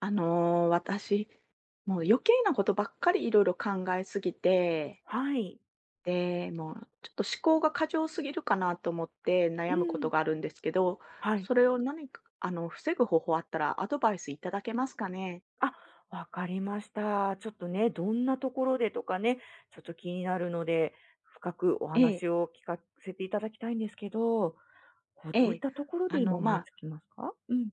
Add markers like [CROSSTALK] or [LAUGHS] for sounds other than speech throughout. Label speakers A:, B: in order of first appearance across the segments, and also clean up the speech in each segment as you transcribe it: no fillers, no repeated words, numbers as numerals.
A: 私、もう余計なことばっかりいろいろ考えすぎて、
B: はい。
A: で、もうちょっと思考が過剰すぎるかなと思って
B: う
A: 悩むこと
B: ん。
A: があるんですけど、
B: はい。
A: それを何か、防ぐ方法あったらアドバイスいただけますかね？
B: あ、わかりました。ちょっとね、どんなところでとかね、ちょっと気になるので、深くお
A: ええ、
B: 話を聞かせていただきたいんですけど、こうどう
A: え
B: いっ
A: え。
B: たところ
A: あ
B: で今
A: の、ま、
B: 思い
A: あ
B: つきますか？うん。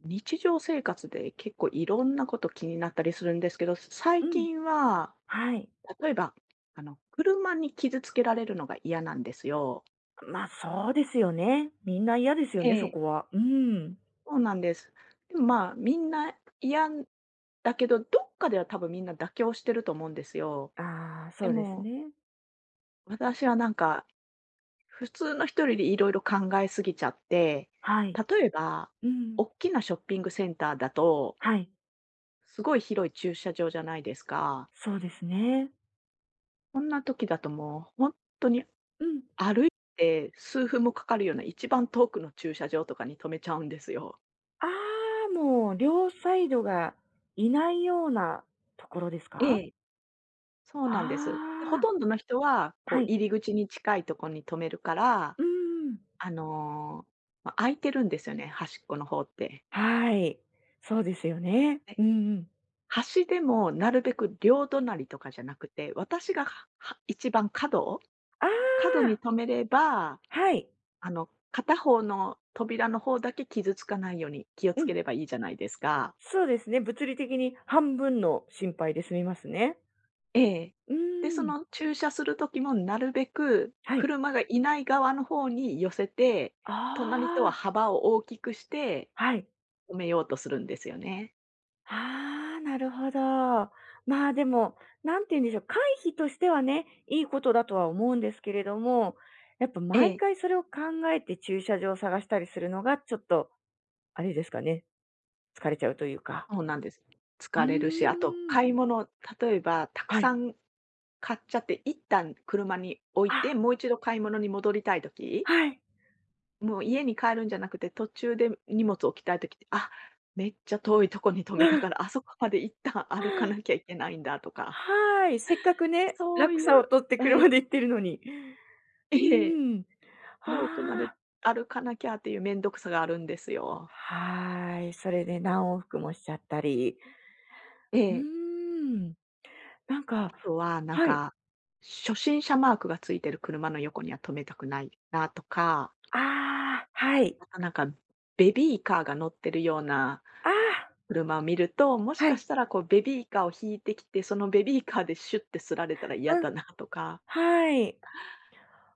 A: 日常生活で結構いろんなこと気になったりするんですけど、最
B: うん。
A: 近は、
B: はい。
A: 例えば、車に傷つけられるのが嫌なんですよ。
B: ま、あそうですよね。みんな嫌ですよ
A: え
B: ね、そこ
A: え。
B: は。うん。
A: そうなんです。でも、まあ、みんな嫌だけど、どっかでは多分みんな妥協してると思うんですよ。
B: ああ、
A: で
B: そうです
A: も、
B: ね。
A: 私はなんか、普通の人よりいろいろ考えすぎちゃって、
B: はい。
A: 例えば、
B: うん。
A: 大きなショッピングセンターだと、
B: はい。
A: すごい広い駐車場じゃないですか。
B: そうですね。
A: こんな時だともう本当に
B: うん。
A: 歩いて数分もかかるような一番遠くの駐車場とかに止めちゃうんですよ。
B: ああ、もう両サイドがいないようなところです
A: え
B: か？
A: え。そう
B: あ
A: なんです。で、ほとん
B: あ、
A: どの人は、こう
B: はい。
A: 入り口に近いとこに止めるから、
B: うんうん。
A: あの、ま、空いてるんですよね、端っこの方って。
B: はい。そうですよね。
A: で、
B: うんうん。
A: 端でもなるべく両隣とかじゃなくて、私が一番角
B: あ
A: 角に
B: あ、
A: 止めれば、
B: はい。
A: 片方の扉の方だけ傷つかないように気を
B: う
A: つけ
B: ん。
A: ればいいじゃないですか。
B: そうですね。物理的に半分の心配で済みますね。
A: ええ。
B: う
A: で、そ
B: ーん。
A: の駐車する時もなるべく
B: はい。
A: 車がいない側の方に寄せて、
B: あ
A: 隣とは
B: あ。
A: 幅を大きくして
B: はい。
A: 止めようとするんですよね。
B: ああ、なるほど。まあ、でも、なんて言うんでしょう、回避としてはね、いいことだとは思うんですけれども、やっぱ
A: え
B: 毎
A: え、
B: 回それを考えて駐車場を探したりするのが、ちょっとあれですかね、疲れちゃうというか。
A: そうなんです。
B: う
A: 疲れるし、あと
B: ーん。
A: 買い物、例えばたく
B: はい。
A: さん買っちゃって、一旦車に置いて、
B: あ、
A: もう一度買い物に戻りたい時、
B: はい。
A: もう家に帰るんじゃなくて、途中で荷物置きたい時って、あ、めっちゃ遠いとこに止めたから、あ
B: [LAUGHS]
A: そこまで一旦
B: う
A: 歩か
B: ん。
A: なきゃいけないんだとか、
B: はい。せっかくね、
A: そうい
B: 落差を
A: う
B: 取って車で行ってるのに。
A: え
B: う
A: え、
B: ーん。
A: 遠くまで
B: ああ、
A: 歩かなきゃっていうめんどくさがあるんですよ。
B: はい。それで何往復もしちゃったり。
A: え
B: うー
A: え。
B: ん。なんか
A: あとはなん
B: はい。
A: か、初心者マークがついてる車の横には止めたくないなとか、
B: ああ、はい。
A: あとなんかベビーカーが乗ってるような
B: ああ、
A: 車を見ると、もし
B: は
A: かし
B: い。
A: たらこうベビーカーを引いてきて、そのベビーカーでシュッてすられたら嫌
B: うん、
A: だなとか、
B: はい。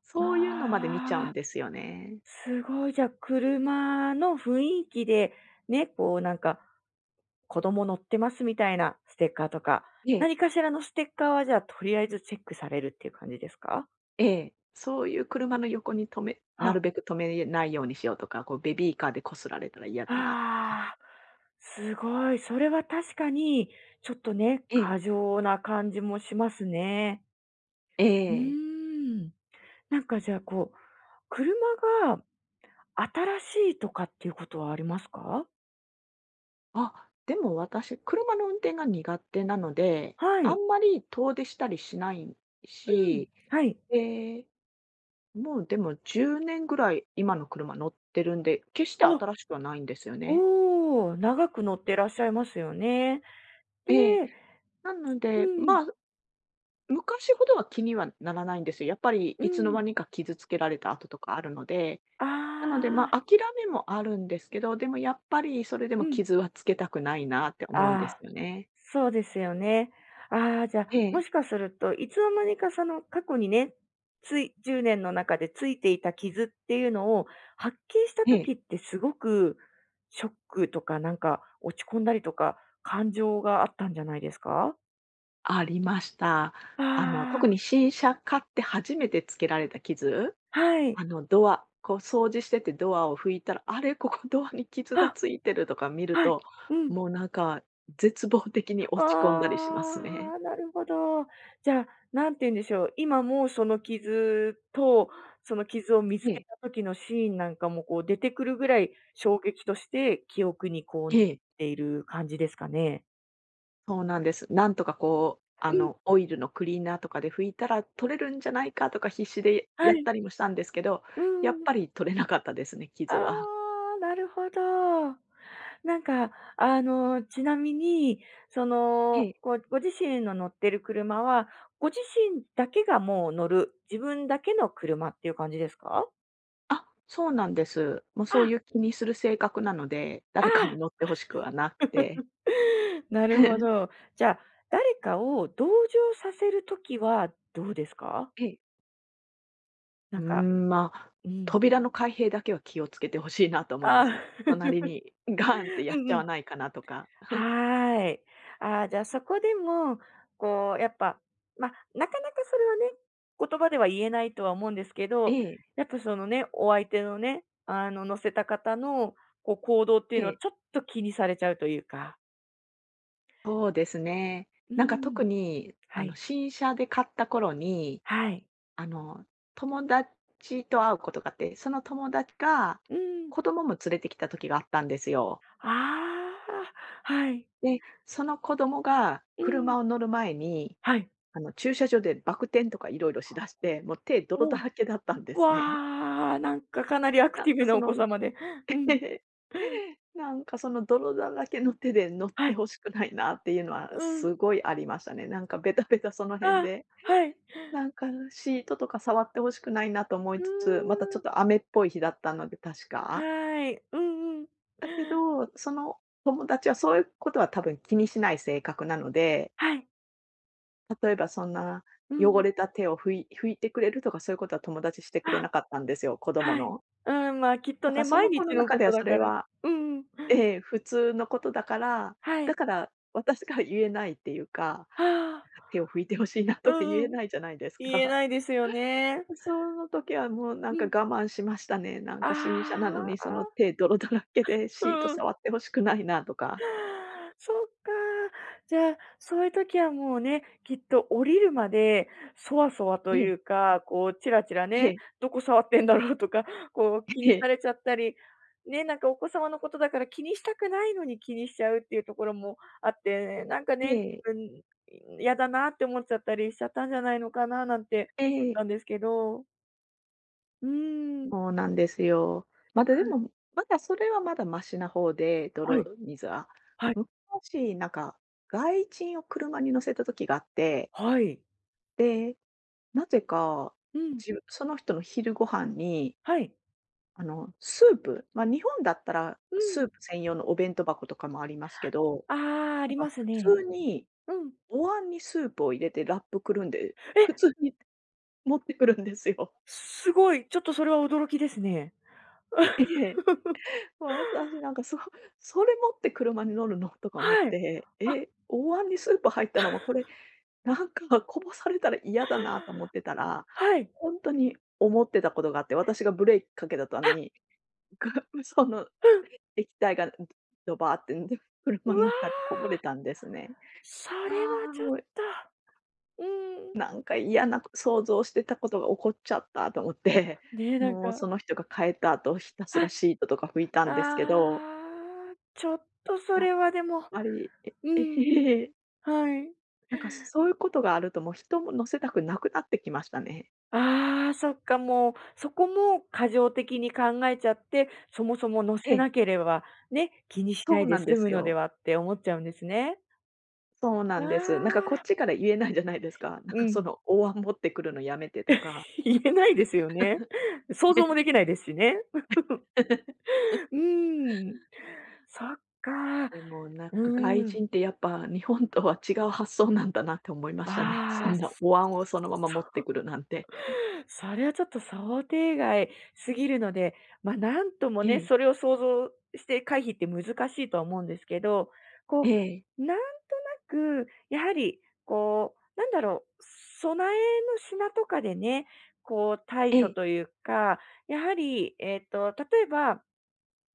A: そういうのまで見ちゃうん
B: ああ、
A: ですよね。
B: すごい、じゃ、車の雰囲気で、ね、こうなんか子供乗ってますみたいなステッカーとか、
A: ええ。
B: 何かしらのステッカーはじゃあ、とりあえずチェックされるっていう感じですか？
A: ええ、そういう車の横にな
B: あ。
A: るべく止めないようにしようとか、こうベビーカーでこすられたら嫌だなとか。
B: ああ、すごい。それは確かに、ちょっとね、
A: ええ、
B: 過剰な感じもしますね。
A: え
B: うー
A: え。
B: ん。なんかじゃあ、こう、車が新しいとかっていうことはありますか？
A: あ、でも私、車の運転が苦手なので、
B: は
A: あん
B: い。
A: まり遠出したりしない
B: うん。
A: し、
B: はい。
A: ええ、もうでも10年ぐらい今の車乗ってるんで、決して
B: あ、
A: 新しくはないんですよね。
B: おー長く乗ってらっしゃいますよね。
A: え
B: で
A: え、なの
B: う
A: で、
B: ん、
A: まあ、昔ほどは気にはならないんですよ。やっぱり
B: う
A: いつの
B: ん。
A: 間にか傷つけられた跡とかあるので、
B: あ
A: なので、まあ、
B: あ。
A: 諦めもあるんですけど、でもやっぱりそれでも
B: うん。
A: 傷はつけたくないなって思うんで
B: あ
A: す
B: あ、
A: よね。
B: そうですよね。ああ、じゃあ、
A: え
B: も
A: え、
B: しかすると、いつの間にかその過去にね、つい10年の中でついていた傷っていうのを発見した
A: ええ、
B: 時ってすごくショックとか、なんか落ち込んだりとか、感情があったんじゃないですか？
A: ありました。
B: あ
A: 特に新車買って初めてつけられた傷、
B: あ、はい。
A: ドア、こう掃除しててドアを拭いたら、あれ、ここドアに傷が
B: あ、
A: ついてるとか見る
B: はい。
A: と、
B: うん。
A: もうなんか絶望的に落ち込んだりします
B: あ
A: ね。
B: あ、なるほど。じゃあ、なんて言うんでしょう、今もうその傷と、その傷を見つ
A: え
B: け
A: え、
B: た時のシーンなんかもこう出てくるぐらい、衝撃として記憶にこうなっ
A: ええ。
B: ている感じですかね？
A: そうなんです。なんとかこう、
B: うん。
A: オイルのクリーナーとかで拭いたら取れるんじゃないかとか必死で
B: は
A: やっ
B: い。
A: たりもしたんですけど、
B: う
A: やっ
B: ん。
A: ぱり取れなかったですね、
B: あ
A: 傷は。
B: あ、なるほど。なんか、ちなみに、そ
A: え
B: の、
A: え。
B: ごご自身の乗ってる車は、ご自身だけがもう乗る、自分だけの車っていう感じですか？
A: あ、そうなんです。もうそういう
B: あ。
A: 気にする性格なので、
B: あ
A: 誰か
B: あ、
A: に乗って欲しくはなくて。
B: [LAUGHS] なるほ
A: [LAUGHS]
B: ど。じゃあ、誰かを同情させるときはどうですか？
A: ええ。う
B: な
A: ー
B: んか
A: ん、まあ、
B: うん。
A: 扉の開閉だけは気をつけてほしいなと思いま
B: あ
A: すね。
B: あ、
A: 隣にガーンって
B: [LAUGHS]
A: や
B: う
A: っ
B: ん
A: ち
B: う
A: ゃわ
B: ん。
A: ないかなとか。
B: はーい。ああ、じゃあ、そこでも、こう、やっぱ、まあ、なかなかそれはね、言葉では言えないとは思うんですけ
A: え
B: ど、
A: え、
B: やっぱそのね、お相手のね、乗せた方の、こう、行動ってい
A: え
B: うのは
A: え。
B: ちょっと気にされちゃうというか。
A: そうですね。
B: う
A: なんか
B: ん。
A: 特に、
B: はい。
A: 新車で買った頃に、
B: はい。
A: あの、友達と会うことがあって、その友達が
B: うーん。
A: 子供も連れてきた時があったんですよ。
B: ああ、はい。
A: で、その子供が
B: う
A: 車
B: ん。
A: を乗る前に、
B: はい。
A: 駐車場でバク転とかいろいろしだして、もう手泥だ
B: おう
A: らけだったんですね。
B: わあ、なんかかなりア
A: [LAUGHS]
B: ク
A: な
B: テ
A: ん
B: ィ
A: か
B: ブな
A: そ
B: お子
A: の
B: 様で。うん。
A: [LAUGHS] なんかその泥だらけの手で乗っ
B: は
A: て
B: い。
A: 欲しくないなっていうのは
B: うん。
A: すごいありましたね。なんかベタベタその辺
B: ああ、
A: で
B: はい。
A: なんかシートとか触って欲しくないなと思
B: う
A: い
B: ー
A: つつ、またちょっ
B: ん。
A: と雨っぽい日だったので、確か。
B: はい。うんうん。
A: だけど、その友達はそういうことは多分気にしない性格なので、
B: はい。
A: 例えばそんな
B: う
A: 汚
B: ん。
A: れた手を拭いてくれるとか、そういうことは友達してくれな
B: あ、
A: かったんですよ、子供
B: はい。
A: の。
B: うん、ま、あきっと
A: だから
B: ね、
A: そ
B: 毎
A: の子の
B: 日の
A: 中
B: こ
A: では
B: と
A: そ
B: だ
A: れ
B: から。
A: は
B: うんうん。
A: ええ、普通のことだから、
B: は
A: だ
B: い。
A: から私が言えないっていうか、なんか
B: ああ、
A: 手を拭いてほしいなと
B: う
A: は言
B: ん
A: え
B: うん。
A: ないじゃないです
B: 言え
A: か。
B: ないですよね。
A: その時はもうな
B: う
A: んか
B: ん。
A: 我慢しましたね。なん
B: あ
A: か新車なのに、その
B: あ、
A: 手泥だらけで
B: う
A: シート
B: んうん。
A: 触って欲しくないなとか。
B: [LAUGHS] そっか。じゃあ、そういう時はもうね、きっと降りるまで、そわそわ
A: え
B: とい
A: え。
B: うか、こうチラチラ
A: え
B: ね、
A: え、
B: どこ触ってんだろうとか、[LAUGHS] こう気
A: え
B: に
A: え。
B: されちゃったり、ね、なんかお子様のことだから気にしたくないのに気にしちゃうっていうところもあって、なんかね、自分嫌だなって思っちゃったりしちゃったんじゃないのかななんて
A: え
B: 思
A: え、え
B: っ
A: え。
B: たんですけど。うーん。
A: そうなんですよ。まだで
B: はい。
A: も、まだそれはまだマシな方で、
B: はい。
A: 泥水は。
B: はい。
A: 昔、なんか外人を車に乗せた時があって、
B: はい。
A: で、なぜか、
B: うん。
A: 自分その人の昼ご飯に、
B: はい。
A: スープ、ま、日本だったら
B: う
A: ス
B: ん。
A: ープ専用のお弁当箱とかもありますけど
B: ああ、あ
A: なん
B: り
A: か
B: ます
A: 普
B: ね。
A: 通に
B: うん。
A: お椀にスープを入れてラップくるんで、普
B: え、
A: 通に持ってくるんですよ。
B: すごい。ちょっとそれは驚きですね。
A: [LAUGHS] ええ。私なんか[LAUGHS] それ持って車に乗るの？とか思っ
B: はい。
A: て、
B: あ、
A: お椀にスープ入ったまま、これなんか [LAUGHS] こぼされたら嫌だなと思ってたら、
B: はい。
A: ほんとに思ってたことがあって、私がブレーキかけた途端
B: あ、
A: に、[LAUGHS] がその
B: うん。
A: 液体がドバーってんで、[LAUGHS]
B: う
A: 車ん
B: わ
A: 中でこぼれ
B: あ、
A: たんですね。
B: それ
A: あ
B: は
A: あ、
B: ちょっ
A: もう
B: と、うん。
A: なんか嫌な想像してたことが起こっちゃったと思って、
B: ね
A: [LAUGHS]
B: え、なん
A: もう
B: か
A: その人が帰った後、ひたす
B: は
A: ら
B: い。
A: シートとか拭いたんですけど、
B: ああ、ちょっとそ
A: やっ
B: れはでも、
A: ぱり、え
B: う
A: え
B: ん、
A: へへ
B: はい。
A: [LAUGHS] なんかそういうことがあるともう人も乗せたくなくなってきましたね。
B: ああ、そっか、もう、そこも過剰的に考えちゃって、そもそも載
A: え
B: せ
A: え、
B: なければ、ね、気にし
A: そ
B: ない
A: うな
B: で
A: んで
B: 済
A: す
B: むので
A: よ。
B: はって思っちゃうんですね。
A: そうな
B: あ
A: ん
B: あ、
A: です。なんかこっちから言えないじゃないですか。なん
B: う
A: かそ
B: ん。
A: の大椀持ってくるのやめてとか。
B: [LAUGHS] 言えないですよね。想像もできないですしね。
A: [LAUGHS]
B: うーん。そっか。
A: でも、なん
B: うー
A: か外
B: ん。
A: 人ってやっぱ日本とは違う発想なんだなって思いましたね。そ
B: ああ、
A: んなお椀をそのまま持って
B: そ
A: くるなんて。
B: それはちょっと想定外すぎるので、ま、なんとも
A: え
B: ね、
A: え、
B: それを想像して回避って難しいとは思うんですけど、
A: え
B: こ
A: え、
B: う、なんとなく、やはり、こう、なんだろう、備えの品とかでね、こう対
A: え
B: 処
A: え、
B: というか、やはり、例えば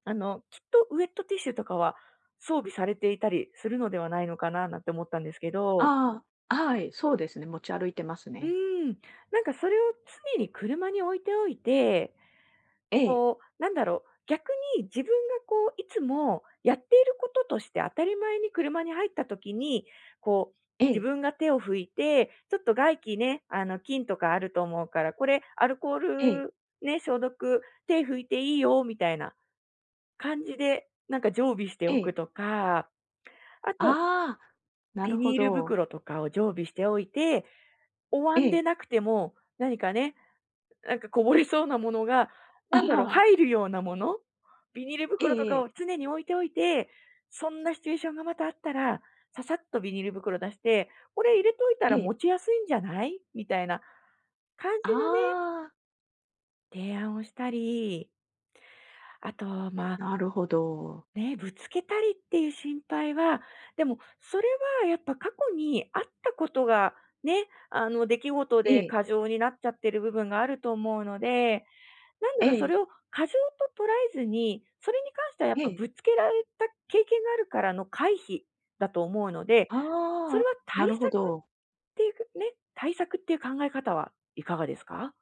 B: きっとウェットティッシュとかは装備されていたりするのではないのかななんて思ったんですけど、
A: ああ、はい、そうですね、持ち歩いてます
B: う
A: ね。
B: ーん、なんかそれを常に車に置いておいて、
A: ええ、
B: こう、なんだろう、逆に自分がこういつもやっていることとして当たり前に車に入った時に、こう、
A: え
B: 自
A: え、
B: 分が手を拭いて、ちょっと外気ね、菌とかあると思うから、これアルコー
A: ええ、
B: ルね、消毒、手拭いていいよみたいな感じで、なんか常備して
A: え
B: おく
A: え、
B: とかあと、
A: ああ、な
B: ビ
A: るほ
B: ニール
A: ど。
B: 袋とかを常備しておいて、お
A: え
B: 椀で
A: え、
B: なくても、何かね、なんかこぼれそうなものが、
A: あ
B: なんだろう、
A: あ、
B: 入るようなもの、ビニール
A: え
B: 袋と
A: え、え
B: か
A: え、
B: を常に置いておいて、そんなシチュエーションがまたあったら、ささっとビニール袋出して、これ入れといたら持ちやすいんじゃないみたいな感
A: あ
B: じのね、
A: あ、
B: 提案をしたり、あと、まあ、
A: なるほど。
B: ね、ぶつけたりっていう心配は、でもそれはやっぱ過去にあったことがね、あの出来事
A: え
B: で
A: え、
B: 過剰になっちゃってる部分があると思うので、なんだ
A: え
B: ろう、そ
A: え、
B: れを過剰と捉えずに、それに関してはやっ
A: え
B: ぱ
A: え、
B: ぶつけられた経験があるからの回避だと思うので、
A: あ
B: それ
A: あ、
B: は
A: な
B: 対
A: るほ
B: 策っ
A: ど。
B: ていう、ね、対策っていう考え方はいかがですか？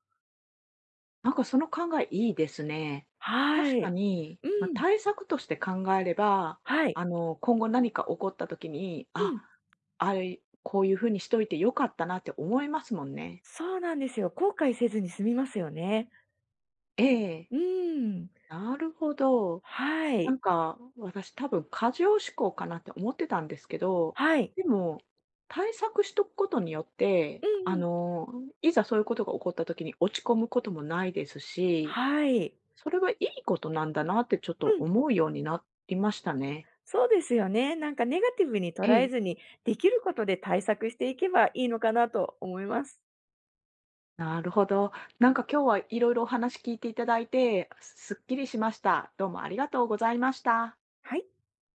A: なんかその考えいいですね。
B: は
A: 確か
B: い。
A: に、
B: う
A: まあ、
B: ん。
A: 対策として考えれば、
B: はい。
A: 今後何か起こった時に、
B: う
A: あ、
B: ん。
A: あれ、こういう風にしといて良かったなって思いますもんね。
B: そうなんですよ。後悔せずに済みますよね。
A: ええ、
B: うーん。
A: なるほど。
B: は
A: なん
B: い。
A: か私多分過剰思考かなって思ってたんですけど、
B: はい。
A: でも、対策しとくことによって、
B: うんうん。
A: いざそういうことが起こった時に落ち込むこともないですし
B: はい。
A: それはいいことなんだなってちょっと
B: うん。
A: 思うようになりましたね。
B: そうですよね。なんかネガティブに
A: え
B: 捉えず
A: え。
B: に、できることで対策していけばいいのかなと思います。
A: なるほど。なんか今日はいろいろお話聞いていただいて、すっきりしました。どうもありがとうございました。
B: はい。